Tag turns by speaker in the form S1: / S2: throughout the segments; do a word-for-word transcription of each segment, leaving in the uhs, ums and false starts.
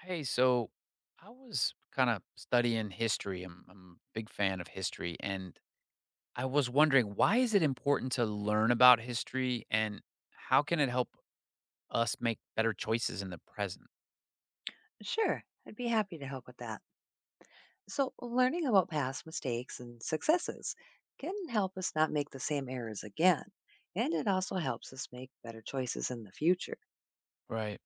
S1: Hey, so I was kind of studying history. I'm, I'm a big fan of history, and I was wondering why is it important to learn about history, and how can it help us make better choices in the present?
S2: Sure, I'd be happy to help with that. So, learning about past mistakes and successes can help us not make the same errors again, and it also helps us make better choices in the future.
S1: Right.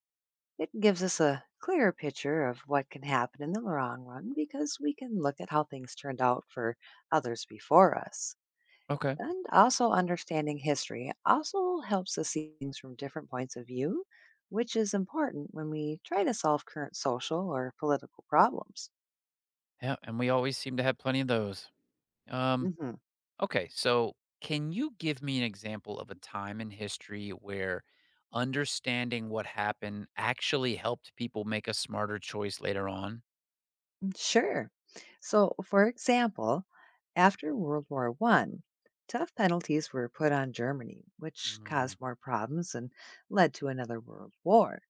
S2: It gives us a clearer picture of what can happen in the long run because we can look at how things turned out for others before us.
S1: Okay.
S2: And also, understanding history also helps us see things from different points of view, which is important when we try to solve current social or political problems.
S1: Yeah, and we always seem to have plenty of those. Um.
S2: Mm-hmm.
S1: Okay. So, can you give me an example of a time in history where understanding what happened actually helped people make a smarter choice later on?
S2: Sure. So, for example, after World War One, tough penalties were put on Germany, which
S1: Mm,
S2: caused more problems and led to another World War.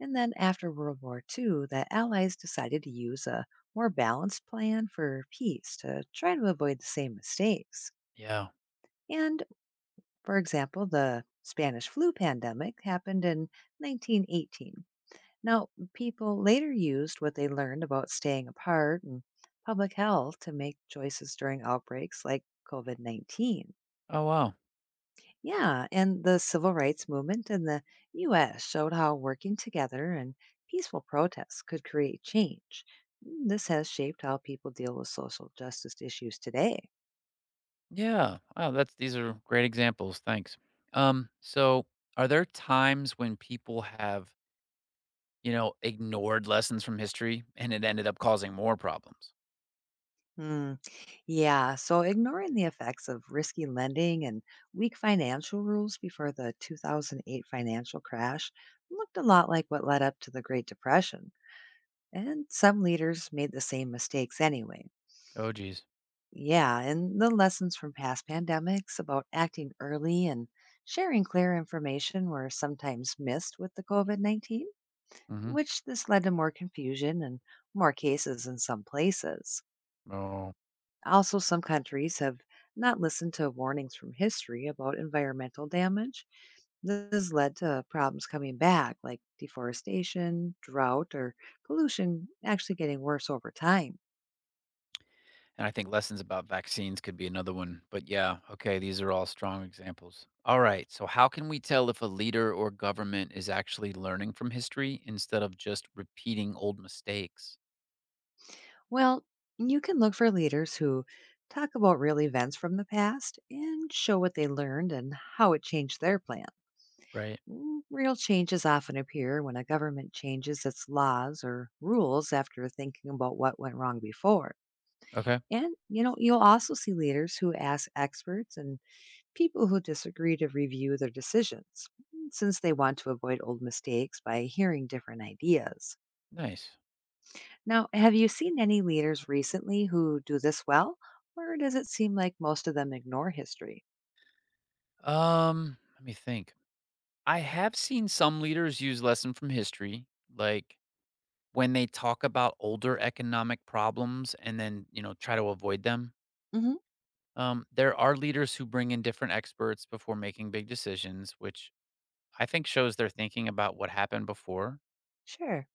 S2: And then after World War Two, the Allies decided to use a more balanced plan for peace to try to avoid the same mistakes.
S1: yeah.
S2: And, for example, the Spanish flu pandemic happened in nineteen eighteen. Now, people later used what they learned about staying apart and public health to make choices during outbreaks like COVID nineteen.
S1: Oh wow.
S2: Yeah, and the civil rights movement in the U S showed how working together and peaceful protests could create change. Mm, this has shaped how people deal with social justice issues today.
S1: Yeah. oh, that's These are great examples. Thanks. Um, so are there times when people have, you know, ignored lessons from history and it ended up causing more problems?
S2: Hmm. Yeah, so ignoring the effects of risky lending and weak financial rules before the two thousand eight financial crash looked a lot like what led up to the Great Depression. And some leaders made the same mistakes anyway.
S1: Oh geez.
S2: Yeah, and the lessons from past pandemics about acting early and sharing clear information were sometimes missed with the COVID nineteen,
S1: Mm-hmm.
S2: which this led to more confusion and more cases in some places.
S1: Oh.
S2: Also, some countries have not listened to warnings from history about environmental damage. This has led to problems coming back, like deforestation, drought, or pollution actually getting worse over time.
S1: And I think lessons about vaccines could be another one. But yeah, okay, these are all strong examples. All right. So how can we tell if a leader or government is actually learning from history instead of just repeating old mistakes?
S2: Well, you can look for leaders who talk about real events from the past and show what they learned and how it changed their plan.
S1: Right.
S2: Mm, real changes often appear when a government changes its laws or rules after thinking about what went wrong before.
S1: Okay.
S2: And, you know, you'll also see leaders who ask experts and people who disagree to review their decisions, mm, since they want to avoid old mistakes by hearing different ideas.
S1: Nice.
S2: Now, have you seen any leaders recently who do this well, or does it seem like most of them ignore history?
S1: Um, let me think. I have seen some leaders use lesson from history, like when they talk about older economic problems and then, you know, try to avoid them.
S2: Hmm.
S1: Um, there are leaders who bring in different experts before making big decisions, which I think shows they're thinking about what happened before.
S2: Sure.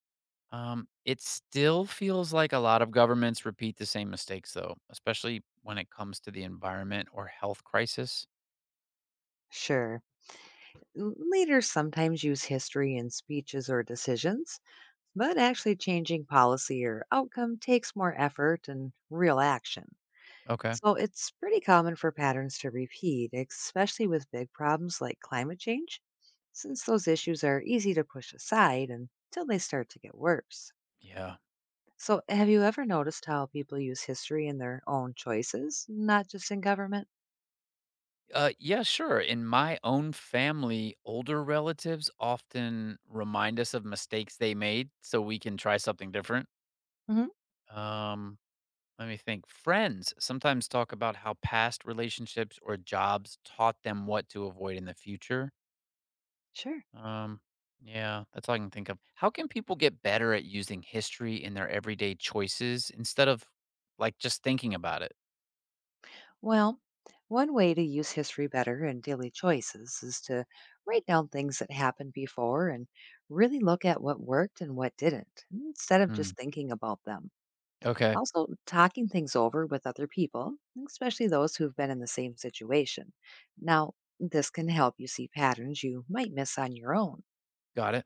S1: Um, it still feels like a lot of governments repeat the same mistakes, though, especially when it comes to the environment or health crisis.
S2: Sure. L- Leaders sometimes use history in speeches or decisions, but actually changing policy or outcome takes more effort and real action.
S1: Okay.
S2: So it's pretty common for patterns to repeat, especially with big problems like climate change, since those issues are easy to push aside until they start to get worse.
S1: Yeah.
S2: So, have you ever noticed how people use history in their own choices, not just in government?
S1: Uh, yeah, sure. In my own family, older relatives often remind us of mistakes they made so we can try something different.
S2: Hmm.
S1: Um, Let me think. Friends sometimes talk about how past relationships or jobs taught them what to avoid in the future.
S2: Sure.
S1: Um, yeah, that's all I can think of. How can people get better at using history in their everyday choices instead of like just thinking about it?
S2: Well, one way to use history better in daily choices is to write down things that happened before and really look at what worked and what didn't, instead of
S1: Mm,
S2: just thinking about them.
S1: okay,
S2: Also, talking things over with other people, especially those who've been in the same situation. Now, this can help you see patterns you might miss on your own.
S1: got it.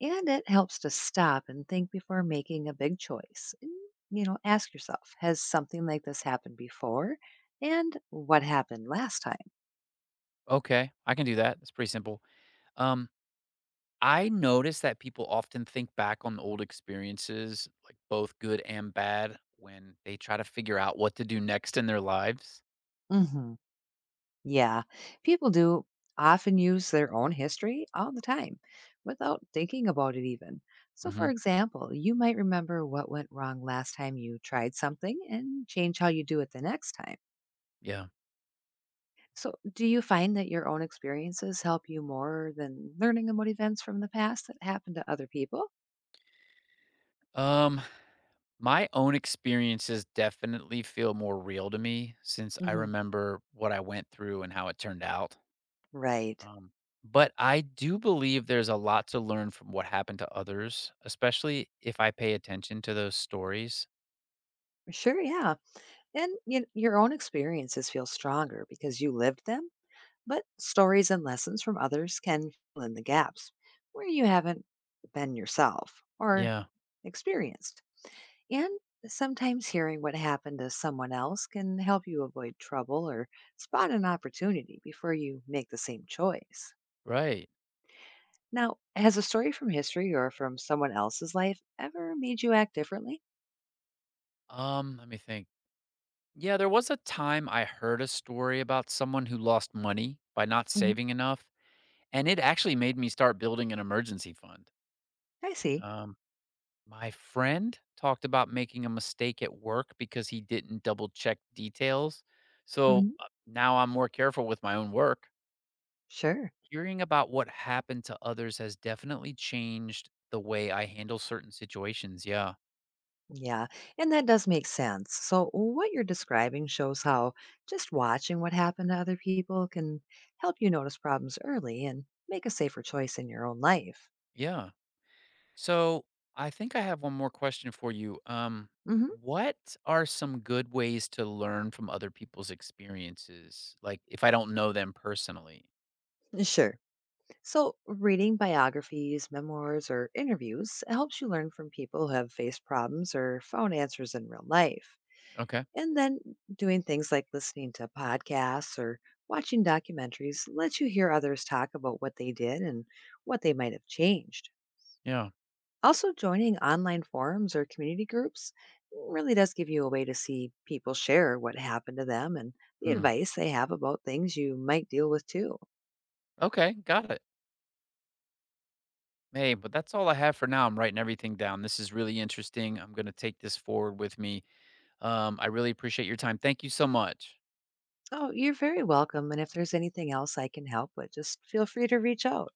S2: And it helps to stop and think before making a big choice. And, you know, ask yourself, has something like this happened before? And what happened last time?
S1: Okay, I can do that. It's pretty simple. Um, I notice that people often think back on old experiences, like both good and bad, when they try to figure out what to do next in their lives.
S2: Mhm. Yeah, people do often use their own history all the time without thinking about it even. So,
S1: Hmm.
S2: for example, you might remember what went wrong last time you tried something and change how you do it the next time.
S1: Yeah.
S2: So, do you find that your own experiences help you more than learning about events from the past that happened to other people?
S1: Um, my own experiences definitely feel more real to me since I
S2: Hmm.
S1: remember what I went through and how it turned out.
S2: Right.
S1: Um, but I do believe there's a lot to learn from what happened to others, especially if I pay attention to those stories.
S2: Sure, yeah. And you, your own experiences feel stronger because you lived them. But stories and lessons from others can fill in the gaps where you haven't been yourself or
S1: Yeah.
S2: experienced. And sometimes hearing what happened to someone else can help you avoid trouble or spot an opportunity before you make the same choice.
S1: Right.
S2: Now, has a story from history or from someone else's life ever made you act differently?
S1: Um, let me think. Yeah, there was a time I heard a story about someone who lost money by not
S2: Hmm.
S1: saving enough, and it actually made me start building an emergency fund.
S2: I see.
S1: Um, my friend talked about making a mistake at work because he didn't double check details. So
S2: Hmm.
S1: uh, now I'm more careful with my own work.
S2: Sure.
S1: Hearing about what happened to others has definitely changed the way I handle certain situations. Yeah.
S2: Yeah, and that does make sense. So, what you're describing shows how just watching what happened to other people can help you notice problems early and make a safer choice in your own life.
S1: Yeah. So I think I have one more question for you. Um,
S2: Hmm.
S1: what are some good ways to learn from other people's experiences? Like if I don't know them personally.
S2: Sure. So, reading biographies, memoirs, or interviews helps you learn from people who have faced problems or found answers in real life.
S1: Okay.
S2: And then doing things like listening to podcasts or watching documentaries lets you hear others talk about what they did and what they might have changed.
S1: Yeah.
S2: Also, joining online forums or community groups really does give you a way to see people share what happened to them and the
S1: Mm.
S2: advice they have about things you might deal with too.
S1: Okay. Got it. Hey, but that's all I have for now. I'm writing everything down. This is really interesting. I'm going to take this forward with me. Um, I really appreciate your time. Thank you so much.
S2: Oh, you're very welcome. And if there's anything else I can help with, just feel free to reach out.